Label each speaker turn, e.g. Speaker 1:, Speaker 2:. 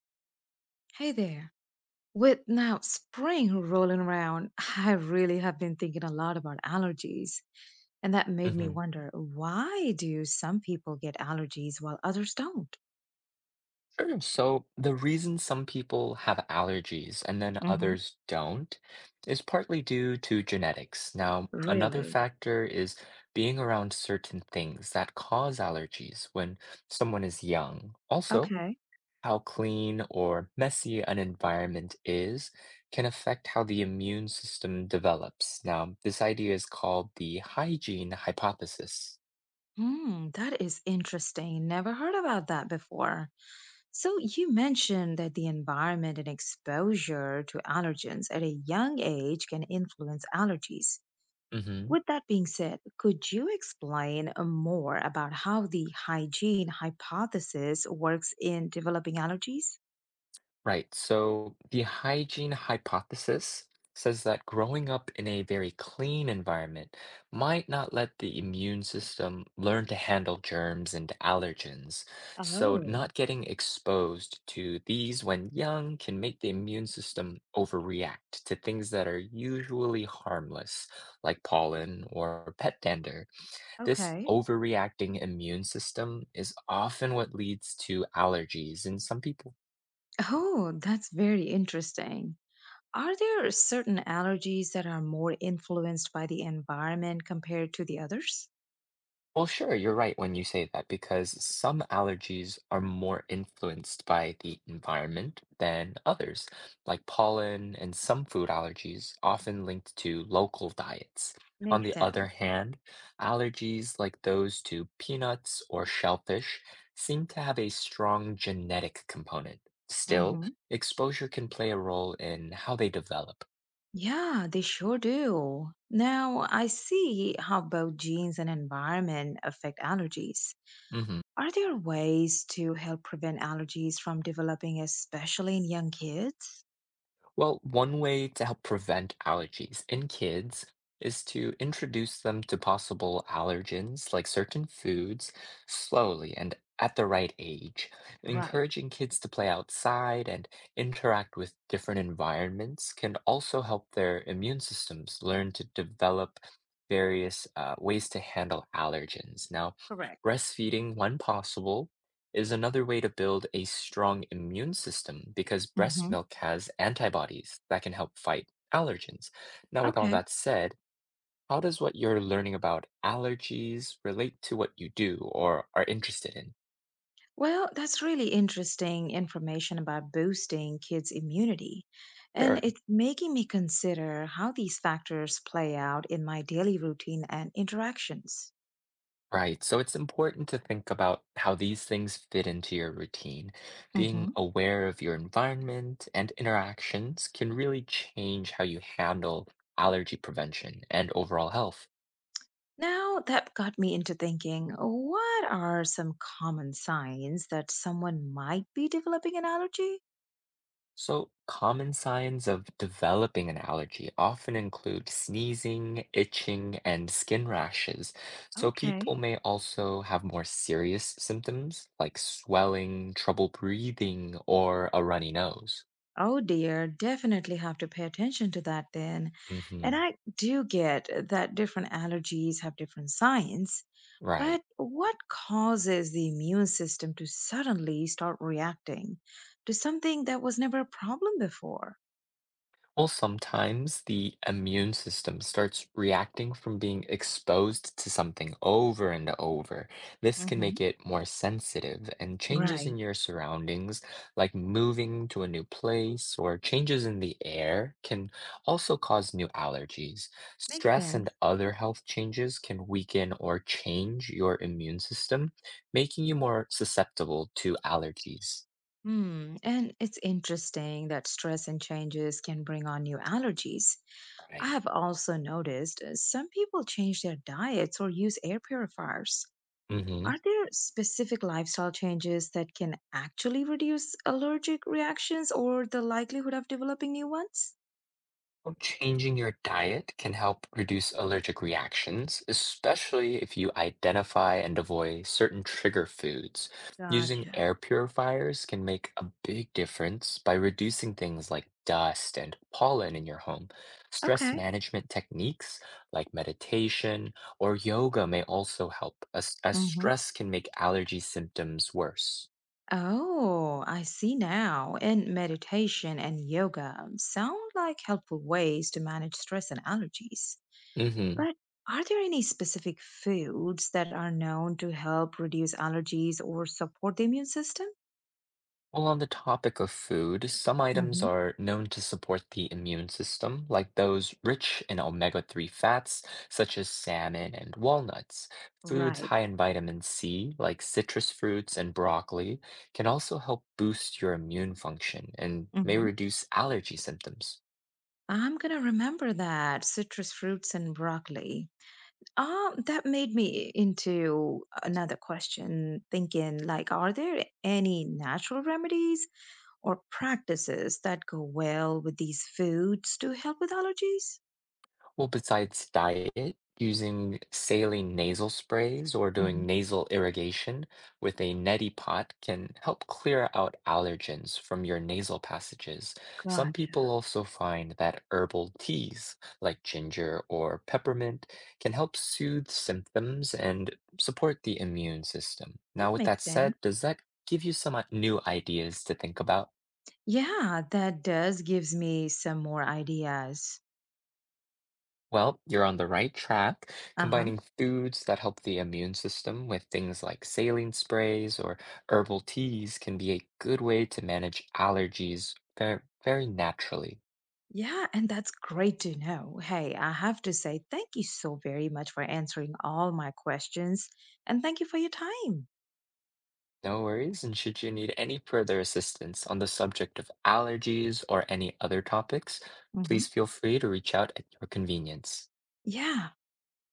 Speaker 1: Hey there. With now spring rolling around, I really have been thinking a lot about allergies. And that made me
Speaker 2: hmm
Speaker 1: wonder, why do some people get allergies while others don't?
Speaker 2: Sure. So, the reason some people have allergies and then
Speaker 1: Hmm.
Speaker 2: others don't is partly due to genetics. Now, another
Speaker 1: Really?
Speaker 2: factor is being around certain things that cause allergies when someone is young. Also,
Speaker 1: Okay.
Speaker 2: how clean or messy an environment is can affect how the immune system develops. Now, this idea is called the hygiene hypothesis.
Speaker 1: Hmm, that is interesting. Never heard about that before. So you mentioned that the environment and exposure to allergens at a young age can influence allergies.
Speaker 2: hmm
Speaker 1: With that being said, could you explain more about how the hygiene hypothesis works in developing allergies?
Speaker 2: Right. So the hygiene hypothesis says that growing up in a very clean environment might not let the immune system learn to handle germs and allergens. So
Speaker 1: Oh,
Speaker 2: not getting exposed to these when young can make the immune system overreact to things that are usually harmless, like pollen or pet dander. This
Speaker 1: okay.
Speaker 2: overreacting immune system is often what leads to allergies in some people.
Speaker 1: Oh, that's very interesting. Are there certain allergies that are more influenced by the environment compared to the others?
Speaker 2: Well, sure, you're right when you say that because some allergies are more influenced by the environment than others, like pollen and some food allergies, often linked to local diets. On
Speaker 1: Makes
Speaker 2: the
Speaker 1: sense.
Speaker 2: other hand, allergies like those to peanuts or shellfish seem to have a strong genetic component. Still,
Speaker 1: Hmm.
Speaker 2: exposure can play a role in how they develop.
Speaker 1: Yeah, they sure do. Now, I see how both genes and environment affect allergies.
Speaker 2: Mhm.
Speaker 1: Are there ways to help prevent allergies from developing, especially in young kids?
Speaker 2: Well, one way to help prevent allergies in kids is to introduce them to possible allergens like certain foods slowly and at the right age.
Speaker 1: Right,
Speaker 2: Encouraging kids to play outside and interact with different environments can also help their immune systems learn to develop various ways to handle allergens. Now,
Speaker 1: correct.
Speaker 2: breastfeeding, when possible, is another way to build a strong immune system because breast
Speaker 1: Hmm.
Speaker 2: milk has antibodies that can help fight allergens. Now, with all
Speaker 1: Okay.
Speaker 2: that said, how does what you're learning about allergies relate to what you do or are interested in?
Speaker 1: Well, that's really interesting information about boosting kids' immunity. And
Speaker 2: Sure.
Speaker 1: it's making me consider how these factors play out in my daily routine and interactions.
Speaker 2: Right. So it's important to think about how these things fit into your routine. Being
Speaker 1: Hmm.
Speaker 2: aware of your environment and interactions can really change how you handle allergy prevention and overall health.
Speaker 1: Now, that got me into thinking, what are some common signs that someone might be developing an allergy?
Speaker 2: So, common signs of developing an allergy often include sneezing, itching, and skin rashes. So, people
Speaker 1: Okay.
Speaker 2: may also have more serious symptoms like swelling, trouble breathing, or a runny nose.
Speaker 1: Oh dear, definitely have to pay attention to that then. And
Speaker 2: hmm
Speaker 1: I do get that different allergies have different signs,
Speaker 2: Right.
Speaker 1: but what causes the immune system to suddenly start reacting to something that was never a problem before?
Speaker 2: Well, sometimes the immune system starts reacting from being exposed to something over and over. This can make
Speaker 1: Hmm.
Speaker 2: it more sensitive, and changes in
Speaker 1: Right,
Speaker 2: your surroundings, like moving to a new place or changes in the air, can also cause new allergies.
Speaker 1: makes
Speaker 2: Stress and
Speaker 1: sense.
Speaker 2: other health changes can weaken or change your immune system, making you more susceptible to allergies.
Speaker 1: Hmm, and it's interesting that stress and changes can bring on new allergies. I
Speaker 2: Right.
Speaker 1: have also noticed some people change their diets or use air purifiers.
Speaker 2: Mm-hmm.
Speaker 1: Are there specific lifestyle changes that can actually reduce allergic reactions or the likelihood of developing new ones?
Speaker 2: Well, changing your diet can help reduce allergic reactions, especially if you identify and avoid certain trigger foods. Using
Speaker 1: Gotcha.
Speaker 2: air purifiers can make a big difference by reducing things like dust and pollen in your home. Stress
Speaker 1: Okay.
Speaker 2: management techniques like meditation or yoga may also help, as
Speaker 1: Hmm.
Speaker 2: stress can make allergy symptoms worse.
Speaker 1: Oh, I see now. And meditation and yoga sound like helpful ways to manage stress and allergies.
Speaker 2: Mhm.
Speaker 1: But are there any specific foods that are known to help reduce allergies or support the immune system?
Speaker 2: Well, on the topic of food, some items are known to support the immune system, like those rich in omega-3 fats, such as salmon and walnuts. Foods
Speaker 1: Right.
Speaker 2: high in vitamin C, like citrus fruits and broccoli, can also help boost your immune function and may
Speaker 1: Hmm.
Speaker 2: reduce allergy symptoms.
Speaker 1: I'm gonna remember that, citrus fruits and broccoli. That made me into another question, thinking like, are there any natural remedies or practices that go well with these foods to help with allergies?
Speaker 2: Well, besides diet, using saline nasal sprays or doing
Speaker 1: Hmm.
Speaker 2: nasal irrigation with a neti pot can help clear out allergens from your nasal passages. Some people
Speaker 1: Gotcha.
Speaker 2: also find that herbal teas like ginger or peppermint can help soothe symptoms and support the immune system.
Speaker 1: That
Speaker 2: Now, with
Speaker 1: makes
Speaker 2: that
Speaker 1: sense.
Speaker 2: said, does that give you some new ideas to think about?
Speaker 1: Yeah, that does gives me some more ideas.
Speaker 2: Well, you're on the right track,
Speaker 1: Uh huh.
Speaker 2: combining foods that help the immune system with things like saline sprays or herbal teas can be a good way to manage allergies very, very naturally.
Speaker 1: Yeah, and that's great to know. Hey, I have to say thank you so very much for answering all my questions, and thank you for your time.
Speaker 2: No worries, and should you need any further assistance on the subject of allergies or any other topics, please
Speaker 1: Hmm.
Speaker 2: feel free to reach out at your convenience.
Speaker 1: Yeah.